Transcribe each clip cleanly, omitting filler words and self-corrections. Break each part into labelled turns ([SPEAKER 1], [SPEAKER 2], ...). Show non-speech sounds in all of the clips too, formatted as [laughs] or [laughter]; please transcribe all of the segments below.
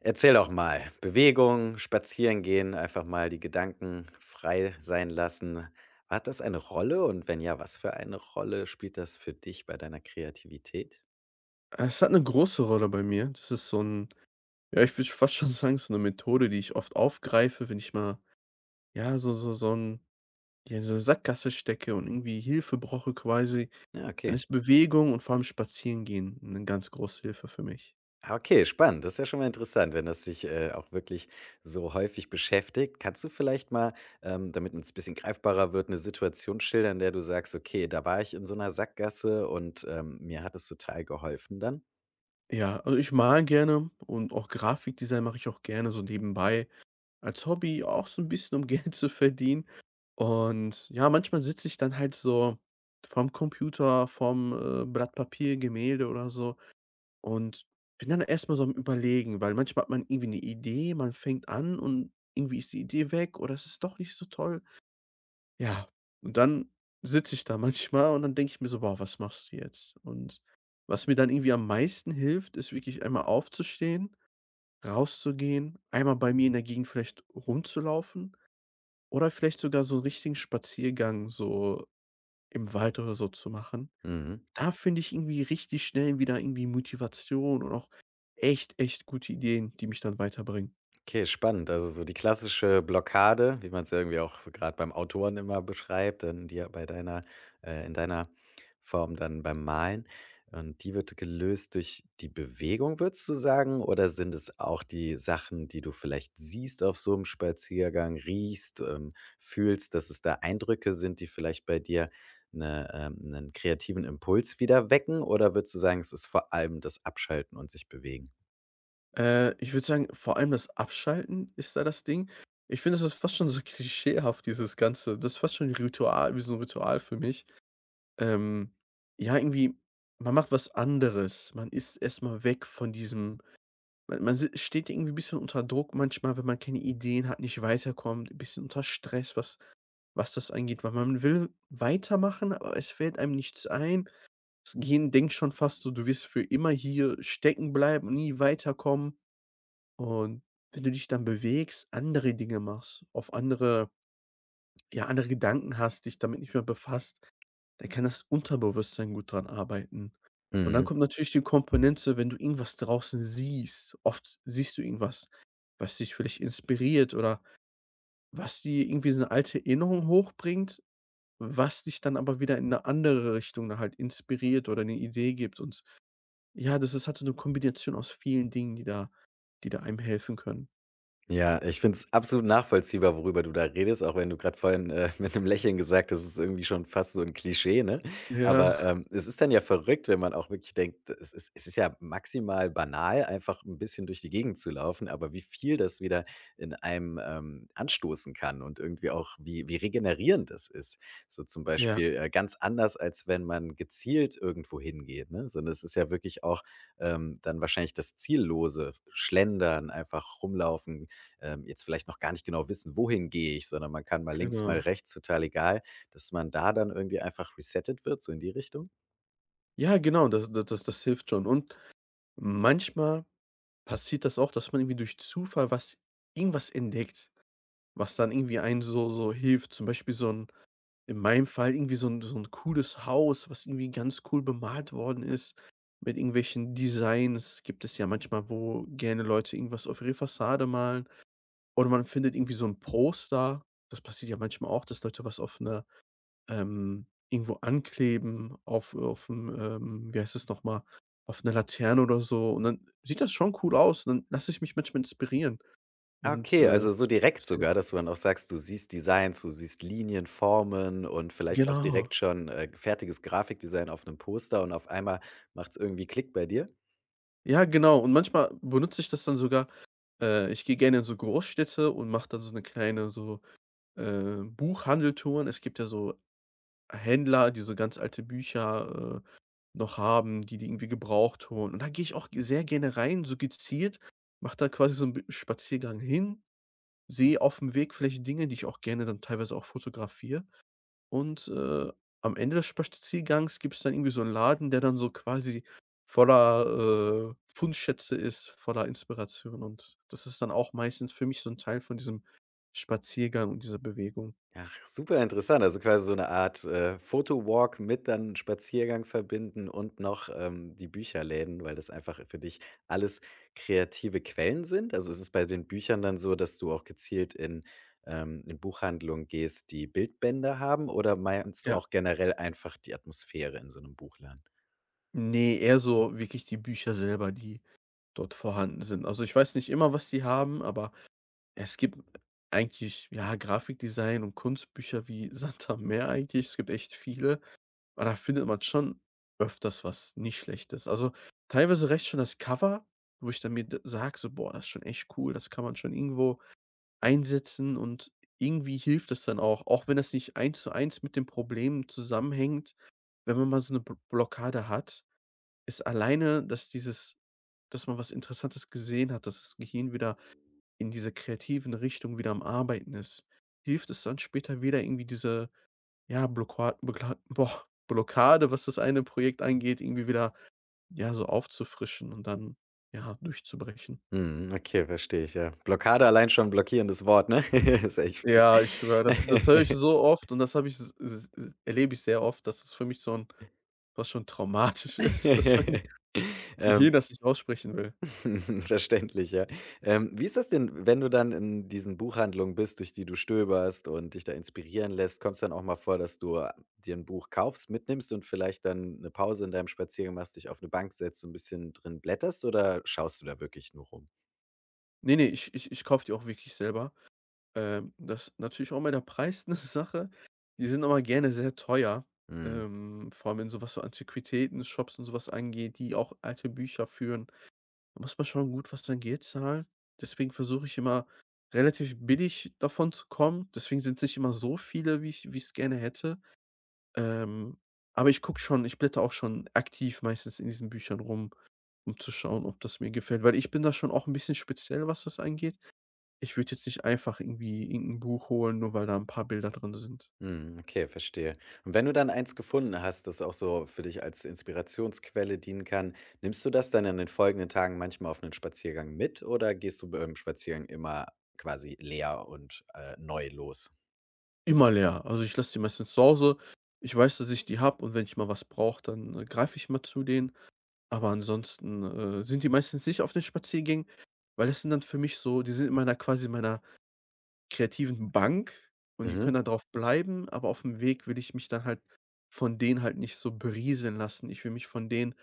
[SPEAKER 1] Erzähl doch mal. Bewegung, Spazierengehen, einfach mal die Gedanken frei sein lassen. Hat das eine Rolle und wenn ja, was für eine Rolle spielt das für dich bei deiner Kreativität?
[SPEAKER 2] Es hat eine große Rolle bei mir. Das ist so ein, ja, ich würde fast schon sagen, so eine Methode, die ich oft aufgreife, wenn ich mal, ja, so so so ein ja, in so eine Sackgasse stecke und irgendwie Hilfe brauche quasi,
[SPEAKER 1] Ja,
[SPEAKER 2] dann
[SPEAKER 1] okay.
[SPEAKER 2] ist Bewegung und vor allem Spazierengehen eine ganz große Hilfe für mich.
[SPEAKER 1] Ah, okay, spannend. Das ist ja schon mal interessant, wenn das dich, auch wirklich so häufig beschäftigt. Kannst du vielleicht mal, damit uns ein bisschen greifbarer wird, eine Situation schildern, in der du sagst: „Okay, da war ich in so einer Sackgasse und, mir hat es total geholfen dann?“
[SPEAKER 2] Ja, also, ich male gerne und auch Grafikdesign mache ich auch gerne so nebenbei als Hobby, auch so ein bisschen, um [laughs] Geld zu verdienen. Und ja, manchmal sitze ich dann halt so vorm Computer, vorm, Blatt Papier, Gemälde oder so. Und bin dann erstmal so am Überlegen, weil manchmal hat man irgendwie eine Idee, man fängt an und irgendwie ist die Idee weg oder es ist doch nicht so toll. Ja, und dann sitze ich da [laughs] manchmal und dann denke ich mir so: „Boah, was machst du jetzt?" Und was mir dann irgendwie am meisten hilft, ist wirklich einmal aufzustehen, rauszugehen, einmal bei mir in der Gegend vielleicht rumzulaufen oder vielleicht sogar so einen richtigen Spaziergang so im Wald oder so zu machen.
[SPEAKER 1] Mhm.
[SPEAKER 2] Da finde ich irgendwie richtig schnell wieder irgendwie Motivation und auch echt, echt gute Ideen, die mich dann weiterbringen.
[SPEAKER 1] Okay, spannend. Also so die klassische Blockade, wie man es irgendwie auch gerade beim Autoren immer beschreibt, dann dir bei deiner in deiner Form dann beim Malen. Und die wird gelöst durch die Bewegung, würdest du sagen? Oder sind es auch die Sachen, die du vielleicht siehst auf so einem Spaziergang, riechst, fühlst, dass es da Eindrücke sind, die vielleicht bei dir 'ne 'nen kreativen Impuls wieder wecken? Oder würdest du sagen, es ist vor allem das Abschalten und sich bewegen?
[SPEAKER 2] Ich würde sagen, vor allem das Abschalten ist da das Ding. Ich finde, das ist fast schon so [laughs] klischeehaft, dieses Ganze. Das ist fast schon 'n Ritual wie so ein Ritual für mich. Ähm, ja, irgendwie man macht was anderes. Man ist erstmal weg von diesem man man si steht irgendwie 'n bisschen unter Druck manchmal, wenn man keine Ideen hat, nicht weiterkommt, ein bisschen unter Stress, was das angeht, weil man will weitermachen, aber es fällt einem nichts ein. Das Gehirn denkt schon fast so, du wirst für immer hier stecken bleiben, nie weiterkommen. Und wenn du dich dann bewegst, andere Dinge machst, auf andere ja, andere Gedanken hast, dich damit nicht mehr befasst, dann kann das Unterbewusstsein gut dran arbeiten. Und dann
[SPEAKER 1] Mhm.
[SPEAKER 2] kommt natürlich die Komponente, wenn du irgendwas draußen siehst. Oft siehst du irgendwas, was dich vielleicht inspiriert oder was dir irgendwie so 'ne alte Erinnerung hochbringt, was dich dann aber wieder in eine andere Richtung dann halt inspiriert oder eine Idee gibt, und ja, das ist halt so eine Kombination aus vielen Dingen, die da einem helfen können.
[SPEAKER 1] Ja, ich finde es absolut nachvollziehbar, worüber du da redest, auch wenn du gerade vorhin, [laughs] mit 'nem Lächeln gesagt hast, es ist irgendwie schon fast so ein Klischee, ne?
[SPEAKER 2] Ja,
[SPEAKER 1] Aber, es ist dann ja verrückt, wenn man auch wirklich denkt, es ist ja maximal banal, einfach ein bisschen durch die Gegend zu laufen, aber wie viel das wieder in einem, anstoßen kann und irgendwie auch wie regenerierend das ist. So zum
[SPEAKER 2] ja,
[SPEAKER 1] Beispiel, ganz anders, als wenn man gezielt irgendwo hingeht, ne? Sondern es ist ja wirklich auch, dann wahrscheinlich das ziellose Schlendern, einfach rumlaufen, jetzt vielleicht noch gar nicht genau wissen, wohin gehe ich, sondern man kann mal links, mal
[SPEAKER 2] genau.
[SPEAKER 1] rechts, total egal, dass man da dann irgendwie einfach resettet wird, so in die Richtung?
[SPEAKER 2] Ja, genau, das da das das hilft schon. Und manchmal passiert das auch, dass man irgendwie durch Zufall was irgendwas entdeckt, was dann irgendwie einen so hilft. Zum Beispiel so 'n in meinem Fall irgendwie so 'n cooles Haus, was irgendwie ganz cool bemalt worden ist mit irgendwelchen Designs. Gibt es ja manchmal, wo gerne Leute irgendwas auf ihre Fassade malen oder man findet irgendwie so 'n Poster. Das passiert ja manchmal auch, dass Leute was auf 'ner irgendwo ankleben auf 'n, wie heißt das noch mal, auf 'ner Laterne oder so, und dann sieht das schon cool aus und dann lasse ich mich manchmal inspirieren
[SPEAKER 1] Ah,
[SPEAKER 2] und,
[SPEAKER 1] okay,
[SPEAKER 2] äh,
[SPEAKER 1] also so direkt
[SPEAKER 2] das hilft.
[SPEAKER 1] sogar, dass du dann auch sagst, du siehst Designs, du siehst Linien, Formen und vielleicht auch direkt
[SPEAKER 2] Genau.
[SPEAKER 1] schon, fertiges Grafikdesign auf einem Poster und auf einmal macht es irgendwie Klick bei dir?
[SPEAKER 2] Ja, genau, und manchmal benutze ich das dann sogar. Ich gehe gerne in so Großstädte und mache dann so eine kleine so, Buchhandeltouren. Es gibt ja so Händler, die so ganz alte Bücher, noch haben, die die irgendwie gebraucht holen. Und da gehe ich auch g sehr gerne rein, so gezielt, mache da quasi so einen b Spaziergang hin, sehe auf dem Weg vielleicht Dinge, die ich auch gerne dann teilweise auch fotografiere. Und, am Ende des Spaziergangs gibt es dann irgendwie so einen Laden, der dann so quasi voller, Fundschätze ist, voller Inspiration. Und das ist dann auch meistens für mich so ein Teil von diesem Spaziergang und dieser Bewegung.
[SPEAKER 1] Ach, super interessant. Also quasi so eine Art, Photowalk mit dann Spaziergang verbinden und noch, die Bücherläden, weil das einfach für dich alles kreative Quellen sind? Also, ist es bei den Büchern dann so, dass du auch gezielt in Buchhandlungen gehst, die Bildbände haben oder meinst du
[SPEAKER 2] Ja.
[SPEAKER 1] auch generell einfach die Atmosphäre in so einem Buchladen?
[SPEAKER 2] Ne, eher so wirklich die Bücher selber, die dort vorhanden sind. Also, ich weiß nicht immer, was die haben, aber es gibt eigentlich, ja, Grafikdesign und Kunstbücher wie [laughs] Santa am Meer eigentlich. Es gibt echt viele. Aber da findet man schon öfters was nicht Schlechtes. Also, teilweise reicht schon das Cover, wo ich dann mir d sage so: „Boah, das ist schon echt cool, das kann man schon irgendwo einsetzen", und irgendwie hilft das dann auch, auch wenn das nicht eins zu eins mit dem Problem zusammenhängt. Wenn man mal so eine B Blockade hat, ist alleine, dass dieses dass man was Interessantes gesehen hat, dass das Gehirn wieder in dieser kreativen Richtung wieder am Arbeiten ist, hilft es dann später wieder irgendwie diese ja, Blockade, was das eine Projekt angeht, irgendwie wieder, ja, so aufzufrischen und dann, ja, durchzubrechen.
[SPEAKER 1] Mhm, okay, verstehe ich, ja. Blockade allein schon ein blockierendes Wort, ne? [laughs] Ist echt
[SPEAKER 2] Ja, ich
[SPEAKER 1] fies.
[SPEAKER 2] schwöre, das höre ich
[SPEAKER 1] [laughs]
[SPEAKER 2] so oft, und das habe ich s s erlebe ich sehr oft, dass es für mich so 'n fast schon traumatisch [laughs] ist, dass mein
[SPEAKER 1] [laughs] Ähm
[SPEAKER 2] Gehirn das nicht aussprechen will.
[SPEAKER 1] [laughs] Verständlich, ja. Wie ist das denn, wenn du dann in diesen Buchhandlungen bist, durch die du stöberst und dich da inspirieren lässt? Kommt es dann auch mal vor, dass du dir ein Buch kaufst, mitnimmst und vielleicht dann eine Pause in deinem Spaziergang machst, dich auf eine Bank setzt und ein bisschen drin blätterst oder schaust du da wirklich nur rum?
[SPEAKER 2] Ne, ne, ich kaufe die auch wirklich selber. Das natürlich auch immer der Preis [laughs] 'ne Sache. Die sind aber gerne sehr teuer,
[SPEAKER 1] Mhm.
[SPEAKER 2] vor allem in so was so Antiquitäten-Shops und so was angeht, die auch alte Bücher führen. Da muss man schon gut was sein Geld zahlen. Deswegen versuche ich immer relativ billig davon zu kommen. Deswegen sind es nicht immer so viele, wie ich wie gerne hätte. Ähm, aber ich gucke schon, ich blätter auch schon aktiv meistens in diesen Büchern rum, um zu schauen, ob das mir gefällt, weil ich bin da schon auch ein bisschen speziell, was das angeht. Ich würde jetzt nicht einfach irgendwie irgendein Buch holen, nur weil da ein paar Bilder drin sind.
[SPEAKER 1] Mhm, okay, verstehe. Und wenn du dann eins gefunden hast, das auch so für dich als Inspirationsquelle dienen kann, nimmst du das dann in den folgenden Tagen manchmal auf einen Spaziergang mit oder gehst du beim Spaziergang immer quasi leer und, neu los?
[SPEAKER 2] Immer leer. Also, ich lasse die meistens zu Hause. Ich weiß, dass ich die habe, und wenn ich mal was brauche, dann, greife ich mal zu denen. Aber ansonsten, sind die meistens nicht auf den Spaziergängen, weil das sind dann für mich so die sind in meiner quasi in meiner kreativen Bank und die
[SPEAKER 1] Mhm.
[SPEAKER 2] können da drauf bleiben, aber auf dem Weg will ich mich dann halt von denen halt nicht so berieseln lassen. Ich will mich von denen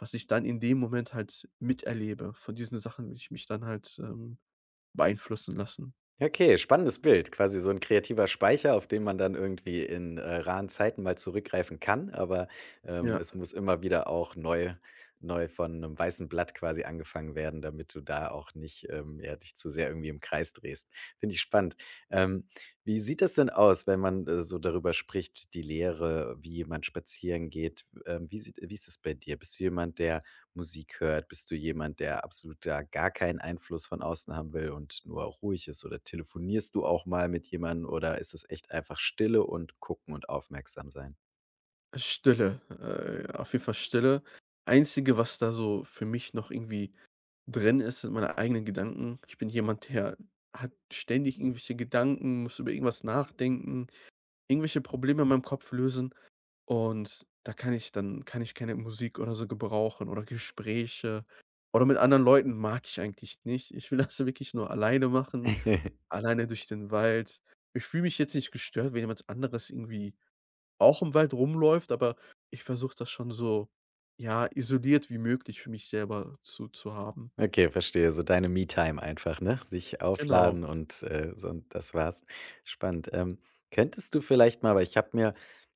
[SPEAKER 2] was ich dann in dem Moment halt miterlebe, von diesen Sachen will ich mich dann halt, beeinflussen lassen.
[SPEAKER 1] Ja, okay, spannendes Bild. Quasi so ein kreativer Speicher, auf den man dann irgendwie in, raren Zeiten mal zurückgreifen kann, aber,
[SPEAKER 2] Ja,
[SPEAKER 1] es muss immer wieder auch neu von einem weißen Blatt quasi angefangen werden, damit du da auch nicht, ja, dich zu sehr irgendwie im Kreis drehst. Finde ich spannend. Ähm, Wie sieht das denn aus, wenn man, so darüber spricht, die Lehre, wie man spazieren geht? Ähm, wie ist es bei dir? Bist du jemand, der Musik hört? Bist du jemand, der absolut da gar keinen Einfluss von außen haben will und nur ruhig ist? Oder telefonierst du auch mal mit jemandem oder ist es echt einfach Stille und gucken und aufmerksam sein?
[SPEAKER 2] Stille, auf jeden Fall Stille. Einzige, was da so für mich noch irgendwie drin ist, sind meine eigenen Gedanken. Ich bin jemand, der hat ständig irgendwelche Gedanken, muss über irgendwas nachdenken, irgendwelche Probleme in meinem Kopf lösen, und da kann ich dann kann ich keine Musik oder so gebrauchen oder Gespräche oder mit anderen Leuten mag ich eigentlich nicht. Ich will [laughs] das wirklich nur alleine machen,
[SPEAKER 1] [laughs]
[SPEAKER 2] alleine durch den Wald. Ich fühle mich jetzt nicht gestört, wenn jemand anderes irgendwie auch im Wald rumläuft, aber ich versuche das schon so, ja, isoliert wie möglich für mich selber zu haben.
[SPEAKER 1] Okay, verstehe. So deine Me-Time einfach, ne? Sich
[SPEAKER 2] Genau,
[SPEAKER 1] aufladen und, so und das war's. Spannend. Könntest du vielleicht mal, weil ich habe mir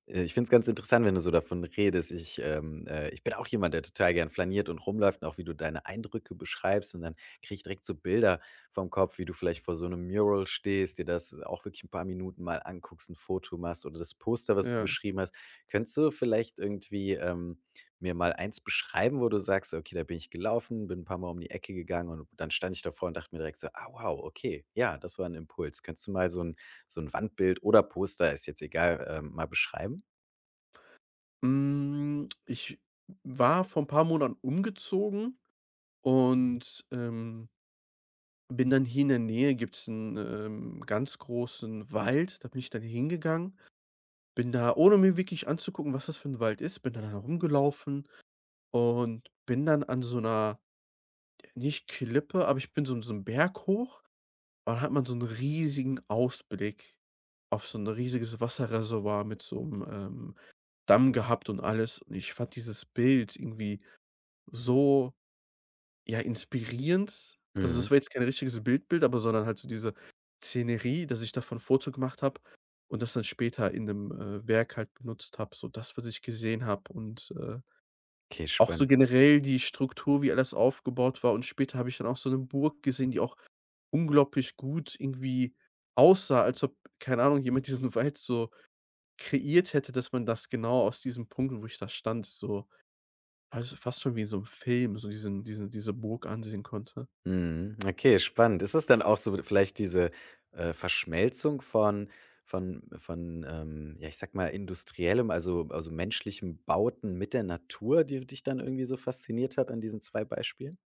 [SPEAKER 1] ich finde es ganz interessant, wenn du so davon redest. Ich, ich bin auch jemand, der total gern flaniert und rumläuft und auch wie du deine Eindrücke beschreibst und dann kriege ich direkt so Bilder vom Kopf, wie du vielleicht vor so einem Mural stehst, dir das auch wirklich ein paar Minuten mal anguckst, ein Foto machst oder das Poster, was du
[SPEAKER 2] ja.
[SPEAKER 1] beschrieben hast. Könntest du vielleicht irgendwie, mir mal eins beschreiben, wo du sagst: „Okay, da bin ich gelaufen, bin ein paar Mal um die Ecke gegangen und dann stand ich davor und dachte mir direkt so: ‚Ah, wow, okay, ja, das war ein Impuls.'“ Könntest du mal so ein Wandbild oder Poster, ist jetzt egal, mal beschreiben?
[SPEAKER 2] Ich war vor ein paar Monaten umgezogen, und, bin dann hier in der Nähe gibt's 'n, ganz großen Wald. Da bin ich dann hingegangen, bin da ohne mir wirklich anzugucken, was das für ein Wald ist, bin da dann da rumgelaufen und bin dann an so einer nicht Klippe, aber ich bin so 'n Berg hoch, und dann hat man so einen riesigen Ausblick auf so ein riesiges Wasserreservoir mit so einem Damm gehabt und alles. Und ich fand dieses Bild irgendwie so, ja, inspirierend. Also,
[SPEAKER 1] Mhm.
[SPEAKER 2] das war jetzt kein richtiges Bildbild, aber sondern halt so diese Szenerie, dass ich davon 'n Foto gemacht habe und das dann später in 'nem, Werk halt benutzt habe, so das, was ich gesehen habe, und,
[SPEAKER 1] Okay,
[SPEAKER 2] auch so
[SPEAKER 1] spannend.
[SPEAKER 2] generell die Struktur, wie alles aufgebaut war. Und später habe ich dann auch so 'ne Burg gesehen, die auch unglaublich gut irgendwie aussah, als ob, keine Ahnung, jemand [laughs] diesen Wald so kreiert hätte, dass man das genau aus diesem Punkt, wo ich da stand, so also, fast schon wie in so 'nem Film, so diese Burg ansehen konnte.
[SPEAKER 1] Mhm. Okay, spannend. Ist es dann auch so vielleicht diese, Verschmelzung von, ja, ich sag mal, industriellem, also menschlichen Bauten mit der Natur, die dich dann irgendwie so fasziniert hat an diesen zwei Beispielen?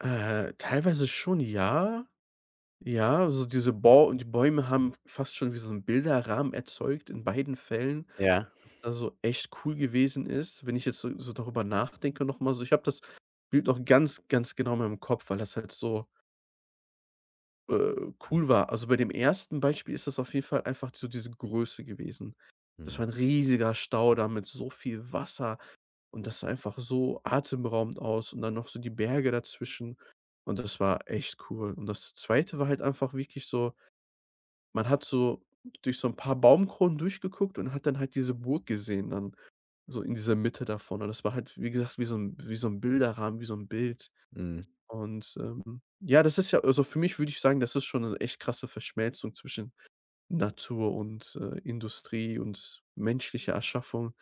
[SPEAKER 2] Teilweise schon, ja. Ja, also die Bäume haben fast schon wie so 'n Bilderrahmen erzeugt in beiden Fällen,
[SPEAKER 1] Ja.
[SPEAKER 2] was also echt cool gewesen ist, wenn ich jetzt so darüber nachdenke noch mal so. Ich habe das Bild noch ganz, ganz genau in meinem Kopf, weil das halt so, cool war. Also, bei dem ersten Beispiel ist das auf jeden Fall einfach so diese Größe gewesen. Das
[SPEAKER 1] Mhm.
[SPEAKER 2] war 'n riesiger Staudamm mit so viel Wasser. Und das sah einfach so atemberaubend aus, und dann noch so die Berge dazwischen. Und das war echt cool. Und das zweite war halt einfach wirklich so man hat so durch so ein paar Baumkronen durchgeguckt und hat dann halt diese Burg gesehen dann so in dieser Mitte davon. Und das war halt, wie gesagt, wie so ein Bilderrahmen, wie so ein Bild.
[SPEAKER 1] Mhm.
[SPEAKER 2] Und, ja, das ist ja also, für mich würde ich sagen, das ist schon eine echt krasse Verschmelzung zwischen Natur und, Industrie und menschliche Erschaffung.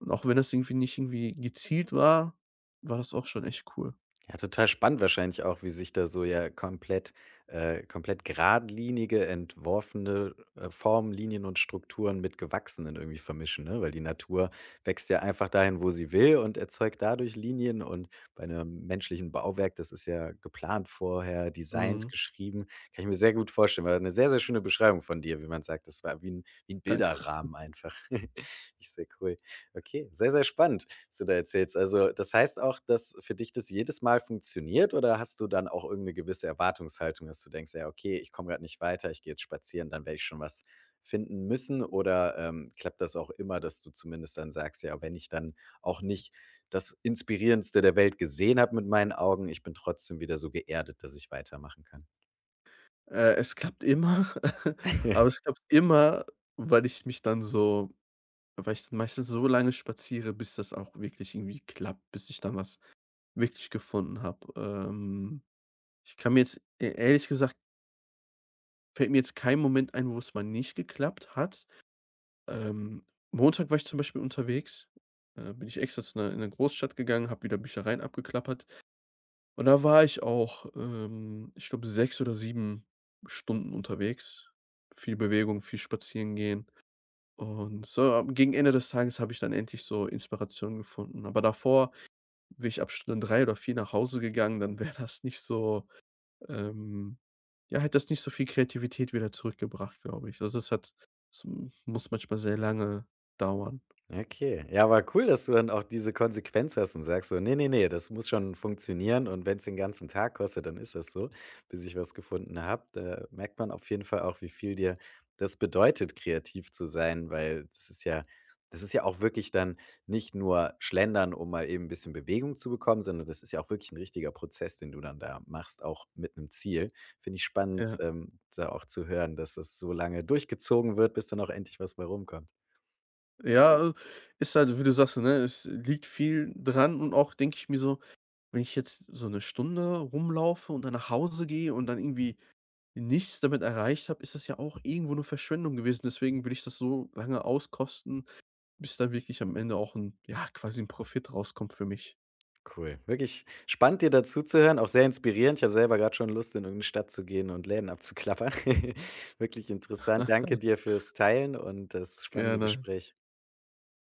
[SPEAKER 2] Und auch wenn das irgendwie nicht irgendwie gezielt war, war das auch schon echt cool.
[SPEAKER 1] Ja, total spannend wahrscheinlich auch, wie sich da so ja komplett geradlinige, entworfene, Formen, Linien und Strukturen mit gewachsenen irgendwie vermischen, ne? Weil die Natur wächst ja einfach dahin, wo sie will und erzeugt dadurch Linien und bei einem menschlichen Bauwerk, das ist ja geplant vorher, designt,
[SPEAKER 2] Mhm,
[SPEAKER 1] geschrieben. Kann ich mir sehr gut vorstellen. War eine sehr, sehr schöne Beschreibung von dir, wie man sagt. Das war wie 'n
[SPEAKER 2] danke.
[SPEAKER 1] Bilderrahmen einfach. [laughs] Ist sehr cool. Okay, sehr, sehr spannend, was du da erzählst. Also, das heißt auch, dass für dich das jedes Mal funktioniert oder hast du dann auch irgendeine gewisse Erwartungshaltung, dass du denkst: „Ja, okay, ich komme gerade nicht weiter, ich gehe jetzt spazieren, dann werde ich schon was finden müssen?“ Oder, klappt das auch immer, dass du zumindest dann sagst: „Ja, wenn ich dann auch nicht das Inspirierendste der Welt gesehen habe mit meinen Augen, ich bin trotzdem wieder so geerdet, dass ich weitermachen kann?“
[SPEAKER 2] Es klappt immer, [laughs] aber
[SPEAKER 1] [laughs]
[SPEAKER 2] es klappt immer, weil ich mich dann so weil ich dann meistens so lange spaziere, bis das auch wirklich irgendwie klappt, bis ich dann was wirklich gefunden habe. Ich kann mir jetzt e ehrlich gesagt fällt mir jetzt kein Moment ein, wo es mal nicht geklappt hat. Ähm, Montag war ich zum Beispiel unterwegs, bin ich extra zu 'ner in eine Großstadt gegangen, habe wieder Büchereien abgeklappert, und da war ich auch, ich glaube, 6 oder 7 Stunden unterwegs. Viel Bewegung, viel Spazierengehen, und so am gegen Ende des Tages habe ich dann endlich so Inspiration gefunden. Aber davor wäre ich ab Stunde 3 oder 4 nach Hause gegangen, dann wäre das nicht so, ähm ja, hätte das nicht so viel Kreativität wieder zurückgebracht, glaube ich. Also, es hat es muss manchmal sehr lange dauern.
[SPEAKER 1] Okay. Ja, aber cool, dass du dann auch diese Konsequenz hast und sagst so: nee, nee, nee, das muss schon funktionieren und wenn es den ganzen Tag kostet, dann ist das so, bis ich was gefunden habe.“ Da merkt man auf jeden Fall auch, wie viel dir das bedeutet, kreativ zu sein, weil das ist ja auch wirklich dann nicht nur Schlendern, um mal eben ein bisschen Bewegung zu bekommen, sondern das ist ja auch wirklich ein richtiger Prozess, den du dann da machst, auch mit einem Ziel. Finde ich spannend,
[SPEAKER 2] Ja.
[SPEAKER 1] da auch zu hören, dass das so lange durchgezogen wird, bis dann auch endlich was bei rumkommt.
[SPEAKER 2] Ja, also, ist halt, wie du sagst, ne, es liegt viel dran, und auch denke ich mir so, wenn ich jetzt so eine Stunde rumlaufe und dann nach Hause gehe und dann irgendwie nichts damit erreicht habe, ist das ja auch irgendwo 'ne Verschwendung gewesen. Deswegen will ich das so lange auskosten, bis da wirklich am Ende auch ein, ja, quasi ein Profit rauskommt für mich.
[SPEAKER 1] Cool. Wirklich spannend, dir dazu zu hören, auch sehr inspirierend. Ich habe selber gerade schon Lust, in irgendeine Stadt zu gehen und Läden abzuklappern. [laughs] Wirklich interessant. Danke dir
[SPEAKER 2] [laughs]
[SPEAKER 1] fürs Teilen und das spannende
[SPEAKER 2] Gerne.
[SPEAKER 1] Gespräch.